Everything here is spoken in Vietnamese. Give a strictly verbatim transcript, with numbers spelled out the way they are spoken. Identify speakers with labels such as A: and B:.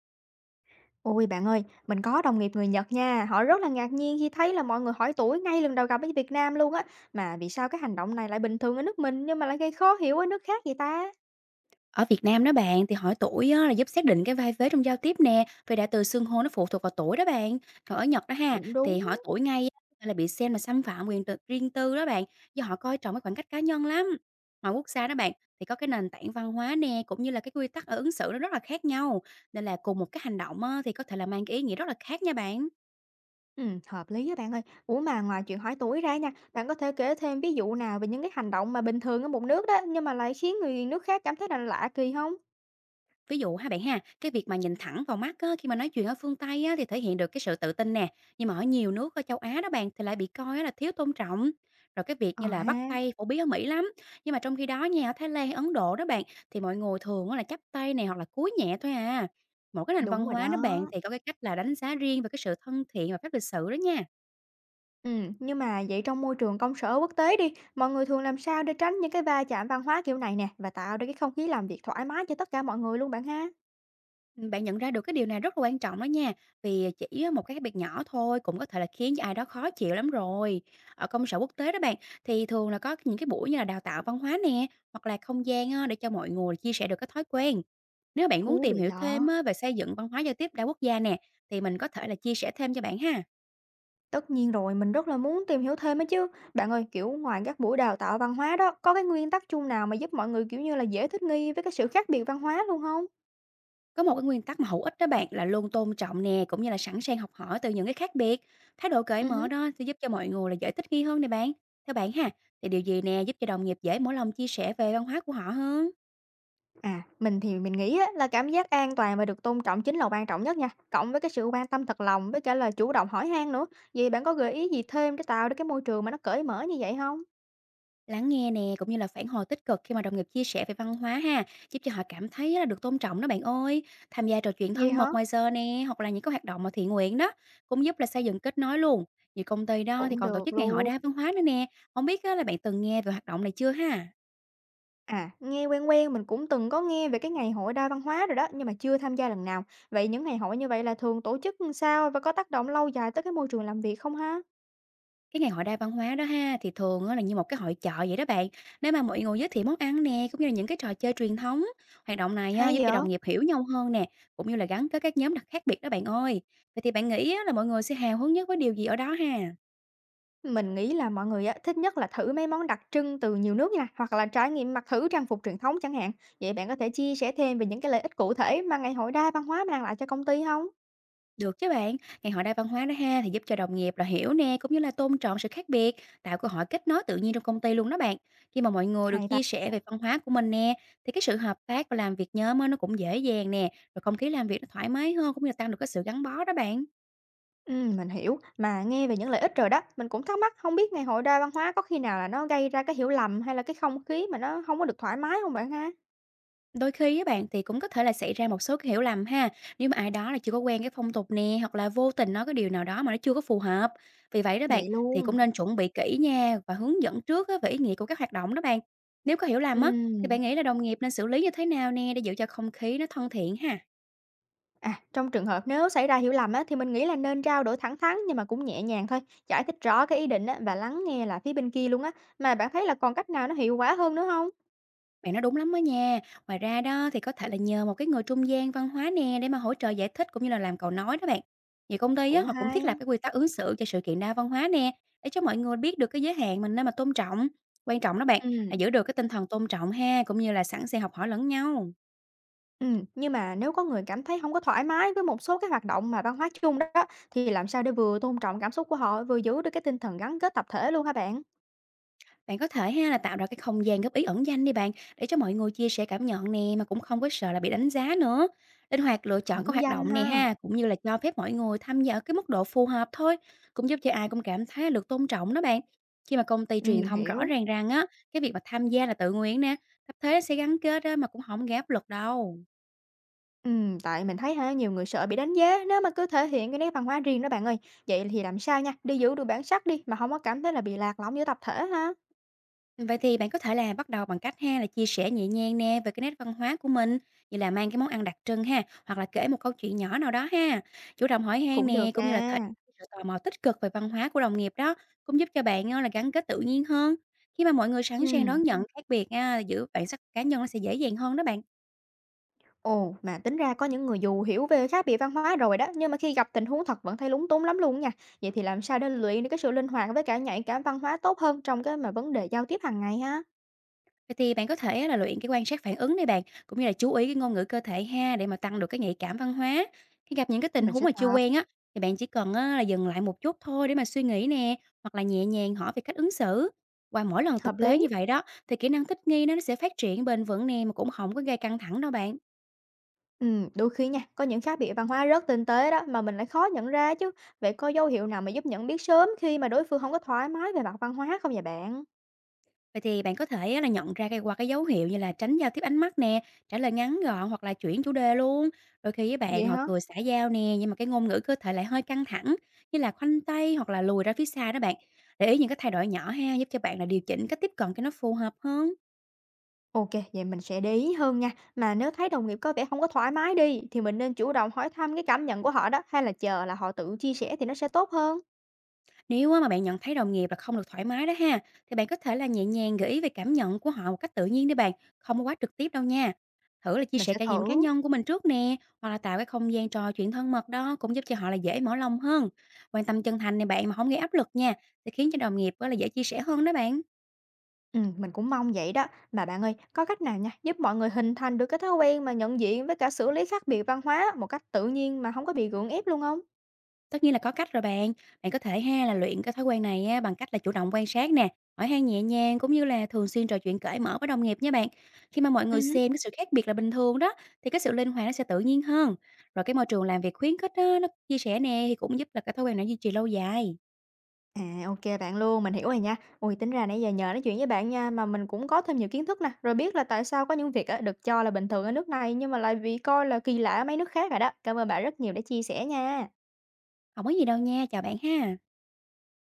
A: Ôi, bạn ơi, mình có đồng nghiệp người Nhật nha, họ rất là ngạc nhiên khi thấy là mọi người hỏi tuổi ngay lần đầu gặp ở Việt Nam luôn á. Mà vì sao cái hành động này lại bình thường ở nước mình nhưng mà lại gây khó hiểu ở nước khác vậy ta?
B: Ở Việt Nam đó bạn, thì hỏi tuổi á, là giúp xác định cái vai vế trong giao tiếp nè, vì đại từ xưng hô nó phụ thuộc vào tuổi đó bạn. Còn ở Nhật đó ha,
A: Cũng
B: thì
A: đúng.
B: hỏi tuổi ngay á, là bị xem là xâm phạm quyền tự, riêng tư đó bạn, do họ coi trọng cái khoảng cách cá nhân lắm. Mọi quốc gia đó bạn, thì có cái nền tảng văn hóa nè, cũng như là cái quy tắc ở ứng xử nó rất là khác nhau. Nên là cùng một cái hành động á, thì có thể là mang cái ý nghĩa rất là khác nha bạn.
A: Ừ, hợp lý á bạn ơi. Ủa mà ngoài chuyện hỏi tuổi ra nha, bạn có thể kể thêm ví dụ nào về những cái hành động mà bình thường ở một nước đó nhưng mà lại khiến người nước khác cảm thấy là lạ kỳ không?
B: Ví dụ ha bạn ha, cái việc mà nhìn thẳng vào mắt á, khi mà nói chuyện ở phương Tây á, thì thể hiện được cái sự tự tin nè. Nhưng mà ở nhiều nước ở châu Á đó bạn thì lại bị coi á là thiếu tôn trọng. Rồi cái việc
A: Ờ
B: như là bắt
A: ha,
B: tay phổ biến ở Mỹ lắm. Nhưng mà trong khi đó nha, ở Thái Lan hay Ấn Độ đó bạn thì mọi người thường á là chắp tay này hoặc là cúi nhẹ thôi à. Mỗi cái nền
A: đúng
B: văn
A: rồi
B: hóa đó
A: đó.
B: bạn thì có cái cách là đánh giá riêng về cái sự thân thiện và phép lịch sự đó nha.
A: Ừ, nhưng mà vậy trong môi trường công sở quốc tế đi, mọi người thường làm sao để tránh những cái va chạm văn hóa kiểu này nè và tạo ra cái không khí làm việc thoải mái cho tất cả mọi người luôn bạn ha?
B: Ừm, bạn nhận ra được cái điều này rất là quan trọng đó nha, vì chỉ một cái việc nhỏ thôi cũng có thể là khiến cho ai đó khó chịu lắm rồi. Ở công sở quốc tế đó bạn, thì thường là có những cái buổi như là đào tạo văn hóa nè, hoặc là không gian á, để cho mọi người chia sẻ được cái thói quen. Nếu bạn muốn
A: Thú
B: tìm
A: vị
B: hiểu thêm
A: đó.
B: á, về xây dựng văn hóa giao tiếp đa quốc gia nè, thì mình có thể là chia sẻ thêm cho bạn ha.
A: Tất nhiên rồi, mình rất là muốn tìm hiểu thêm ấy chứ. Bạn ơi, kiểu ngoài các buổi đào tạo văn hóa đó, có cái nguyên tắc chung nào mà giúp mọi người kiểu như là dễ thích nghi với cái sự khác biệt văn hóa luôn không?
B: Có một cái nguyên tắc mà hữu ích đó bạn là luôn tôn trọng nè, cũng như là sẵn sàng học hỏi từ những cái khác biệt. Thái độ cởi
A: Ừ.
B: mở đó sẽ giúp cho mọi người là dễ thích nghi hơn nè bạn. Theo bạn ha, thì điều gì nè giúp cho đồng nghiệp dễ mở lòng chia sẻ về văn hóa của họ hơn?
A: À, mình thì mình nghĩ á, là cảm giác an toàn và được tôn trọng chính là quan trọng nhất nha, cộng với cái sự quan tâm thật lòng với cả là chủ động hỏi han nữa. Vậy bạn có gợi ý gì thêm để tạo được cái môi trường mà nó cởi mở như vậy không?
B: Lắng nghe nè, cũng như là phản hồi tích cực khi mà đồng nghiệp chia sẻ về văn hóa ha, giúp cho họ cảm thấy là được tôn trọng đó bạn ơi. Tham gia trò chuyện
A: Gì
B: thân
A: hả?
B: mật ngoài giờ nè, hoặc là những cái hoạt động mà thiện nguyện đó, cũng giúp là xây dựng kết nối luôn. Nhiều công ty đó thì
A: Cũng
B: còn tổ
A: được
B: chức ngày hội
A: luôn.
B: đa văn hóa nữa nè. Không biết á, là bạn từng nghe về hoạt động này chưa ha?
A: À, nghe quen quen, mình cũng từng có nghe về cái ngày hội đa văn hóa rồi đó, nhưng mà chưa tham gia lần nào. Vậy những ngày hội như vậy là thường tổ chức làm sao và có tác động lâu dài tới cái môi trường làm việc không ha?
B: Cái ngày hội đa văn hóa đó ha, thì thường á là như một cái hội chợ vậy đó bạn, để mà mọi người giới thiệu món ăn nè, cũng như là những cái trò chơi truyền thống. Hoạt động này á,
A: Hay
B: giúp
A: vậy?
B: cho đồng nghiệp hiểu nhau hơn nè, cũng như là gắn kết các nhóm đặc khác biệt đó bạn ơi. Vậy thì bạn nghĩ á là mọi người sẽ hào hứng nhất với điều gì ở đó ha?
A: Mình nghĩ là mọi người á, thích nhất là thử mấy món đặc trưng từ nhiều nước nha, hoặc là trải nghiệm mặc thử trang phục truyền thống chẳng hạn. Vậy bạn có thể chia sẻ thêm về những cái lợi ích cụ thể mà ngày hội đa văn hóa mang lại cho công ty không?
B: Được chứ bạn, ngày hội đa văn hóa đó ha thì giúp cho đồng nghiệp là hiểu nè cũng như là tôn trọng sự khác biệt, tạo cơ hội kết nối tự nhiên trong công ty luôn đó bạn. Khi mà mọi người
A: Hay
B: được
A: ta.
B: chia sẻ về văn hóa của mình nè thì cái sự hợp tác và làm việc nhóm á, nó cũng dễ dàng nè, rồi không khí làm việc nó thoải mái hơn cũng như là tăng được cái sự gắn bó đó bạn.
A: Ừ, mình hiểu. Mà nghe về những lợi ích rồi đó, mình cũng thắc mắc không biết ngày hội đa văn hóa có khi nào là nó gây ra cái hiểu lầm hay là cái không khí mà nó không có được thoải mái không bạn ha?
B: Đôi khi với bạn, thì cũng có thể là xảy ra một số cái hiểu lầm ha, nếu mà ai đó là chưa có quen cái phong tục nè, hoặc là vô tình nói cái điều nào đó mà nó chưa có phù hợp. Vì vậy đó bạn,
A: Vậy
B: thì
A: luôn.
B: cũng nên chuẩn bị kỹ nha và hướng dẫn trước á về ý nghĩa của các hoạt động đó bạn. Nếu có hiểu
A: Ừ.
B: lầm á, thì bạn nghĩ là đồng nghiệp nên xử lý như thế nào nè để giữ cho không khí nó thân thiện ha?
A: À, trong trường hợp nếu xảy ra hiểu lầm á, thì mình nghĩ là nên trao đổi thẳng thắn nhưng mà cũng nhẹ nhàng thôi, giải thích rõ cái ý định á, và lắng nghe là phía bên kia luôn á. Mà bạn thấy là còn cách nào nó hiệu quả hơn nữa không?
B: Bạn nói đúng lắm đó nha. Ngoài ra đó thì có thể là nhờ một cái người trung gian văn hóa nè để mà hỗ trợ giải thích cũng như là làm cầu nói đó bạn. Nhiều công ty á,
A: Cũng
B: họ cũng thiết lập
A: hay.
B: cái quy tắc ứng xử cho sự kiện đa văn hóa nè để cho mọi người biết được cái giới hạn mình nên mà tôn trọng. Quan trọng đó bạn là
A: Ừm,
B: giữ được cái tinh thần tôn trọng ha cũng như là sẵn sàng học hỏi lẫn nhau.
A: ừm, nhưng mà nếu có người cảm thấy không có thoải mái với một số cái hoạt động mà văn hóa chung đó, thì làm sao để vừa tôn trọng cảm xúc của họ, vừa giữ được cái tinh thần gắn kết tập thể luôn hả bạn?
B: Bạn có thể ha là tạo ra cái không gian góp ý ẩn danh đi bạn, để cho mọi người chia sẻ cảm nhận nè mà cũng không có sợ là bị đánh giá nữa. Linh hoạt lựa chọn các
A: Cũng
B: hoạt
A: danh
B: động nè
A: ha.
B: ha, cũng như là cho phép mọi người tham gia ở cái mức độ phù hợp thôi, cũng giúp cho ai cũng cảm thấy là được tôn trọng đó bạn. Khi mà công ty
A: Ừm,
B: truyền
A: mình
B: thông rõ
A: hiểu.
B: ràng rằng á, cái việc mà tham gia là tự nguyện nè, tập thể sẽ gắn kết á, mà cũng không gây áp lực đâu.
A: Ừm, tại mình thấy hả, nhiều người sợ bị đánh giá nếu mà cứ thể hiện cái nét văn hóa riêng đó bạn ơi. Vậy thì làm sao nha, để giữ được bản sắc đi mà không có cảm thấy là bị lạc lõng giữa tập thể ha?
B: Vậy thì bạn có thể là bắt đầu bằng cách ha là chia sẻ nhẹ nhàng nè về cái nét văn hóa của mình, như là mang cái món ăn đặc trưng ha, hoặc là kể một câu chuyện nhỏ nào đó ha, chủ động hỏi han
A: Cũng
B: nè
A: được
B: cũng như là thể
A: nha.
B: hiện sự tò mò tích cực về văn hóa của đồng nghiệp đó, cũng giúp cho bạn ờ, là gắn kết tự nhiên hơn. Khi mà mọi người sẵn sàng
A: Ừm,
B: đón nhận khác biệt á, giữa bản sắc cá nhân nó sẽ dễ dàng hơn đó bạn.
A: ồ, mà tính ra có những người dù hiểu về khác biệt văn hóa rồi đó, nhưng mà khi gặp tình huống thật vẫn thấy lúng túng lắm luôn nha. Vậy thì làm sao để luyện được cái sự linh hoạt với cả nhạy cảm văn hóa tốt hơn trong cái mà vấn đề giao tiếp hàng ngày ha?
B: Vậy thì bạn có thể á là luyện cái quan sát phản ứng này bạn, cũng như là chú ý cái ngôn ngữ cơ thể ha để mà tăng được cái nhạy cảm văn hóa. Khi gặp những cái tình
A: Mình
B: huống
A: sẽ
B: mà chưa
A: tập,
B: quen á, thì bạn chỉ cần á là dừng lại một chút thôi để mà suy nghĩ nè, hoặc là nhẹ nhàng hỏi về cách ứng xử. Qua mỗi lần
A: hợp
B: thực tế
A: lý.
B: như vậy đó, thì kỹ năng thích nghi nó nó sẽ phát triển bền vững nè mà cũng không có gây căng thẳng đâu bạn.
A: Ừ, đôi khi nha, có những khác biệt văn hóa rất tinh tế đó mà mình lại khó nhận ra chứ. Vậy có dấu hiệu nào mà giúp nhận biết sớm khi mà đối phương không có thoải mái về mặt văn hóa không vậy bạn?
B: Vậy thì bạn có thể á là nhận ra cái qua cái dấu hiệu như là tránh giao tiếp ánh mắt nè, trả lời ngắn gọn hoặc là chuyển chủ đề luôn. Đôi khi với
A: Vậy
B: bạn họ
A: hả?
B: cười xả giao nè, nhưng mà cái ngôn ngữ cơ thể lại hơi căng thẳng, như là khoanh tay hoặc là lùi ra phía xa đó bạn. Để ý những cái thay đổi nhỏ ha, giúp cho bạn là điều chỉnh cách tiếp cận cho nó phù hợp hơn.
A: Ok, vậy mình sẽ để ý hơn nha. Mà nếu thấy đồng nghiệp có vẻ không có thoải mái đi thì mình nên chủ động hỏi thăm cái cảm nhận của họ đó, hay là chờ là họ tự chia sẻ thì nó sẽ tốt hơn.
B: Nếu á mà bạn nhận thấy đồng nghiệp là không được thoải mái đó ha, thì bạn có thể là nhẹ nhàng gợi ý về cảm nhận của họ một cách tự nhiên đi bạn, không có quá trực tiếp đâu nha. Thử là chia
A: Mình
B: sẻ
A: sẽ
B: trải nghiệm cá
A: thử.
B: nhân của mình trước nè, hoặc là tạo cái không gian trò chuyện thân mật đó cũng giúp cho họ là dễ mở lòng hơn. Quan tâm chân thành này bạn mà không gây áp lực nha, sẽ khiến cho đồng nghiệp á là dễ chia sẻ hơn đó bạn.
A: Ừ, mình cũng mong vậy đó. Mà bạn ơi, có cách nào nha giúp mọi người hình thành được cái thói quen mà nhận diện với cả xử lý khác biệt văn hóa một cách tự nhiên mà không có bị gượng ép luôn không?
B: Tất nhiên là có cách rồi bạn. Bạn có thể ha là luyện cái thói quen này á, bằng cách là chủ động quan sát nè, hỏi han nhẹ nhàng cũng như là thường xuyên trò chuyện cởi mở với đồng nghiệp nha bạn. Khi mà mọi người xem cái sự khác biệt là bình thường đó, thì cái sự linh hoạt nó sẽ tự nhiên hơn. Rồi cái môi trường làm việc khuyến khích á, nó chia sẻ nè thì cũng giúp là cái thói quen này duy trì lâu dài.
A: À, ô bạn luôn, mình hiểu rồi nha. Ui, tính ra nãy giờ nhờ nói chuyện với bạn nha, mà mình cũng có thêm nhiều kiến thức nè, rồi biết là tại sao có những việc á, được cho là bình thường ở nước này nhưng mà lại bị coi là kỳ lạ ở mấy nước khác rồi đó. Cảm ơn bạn rất nhiều đã chia sẻ nha.
B: Không có gì đâu nha, chào bạn ha.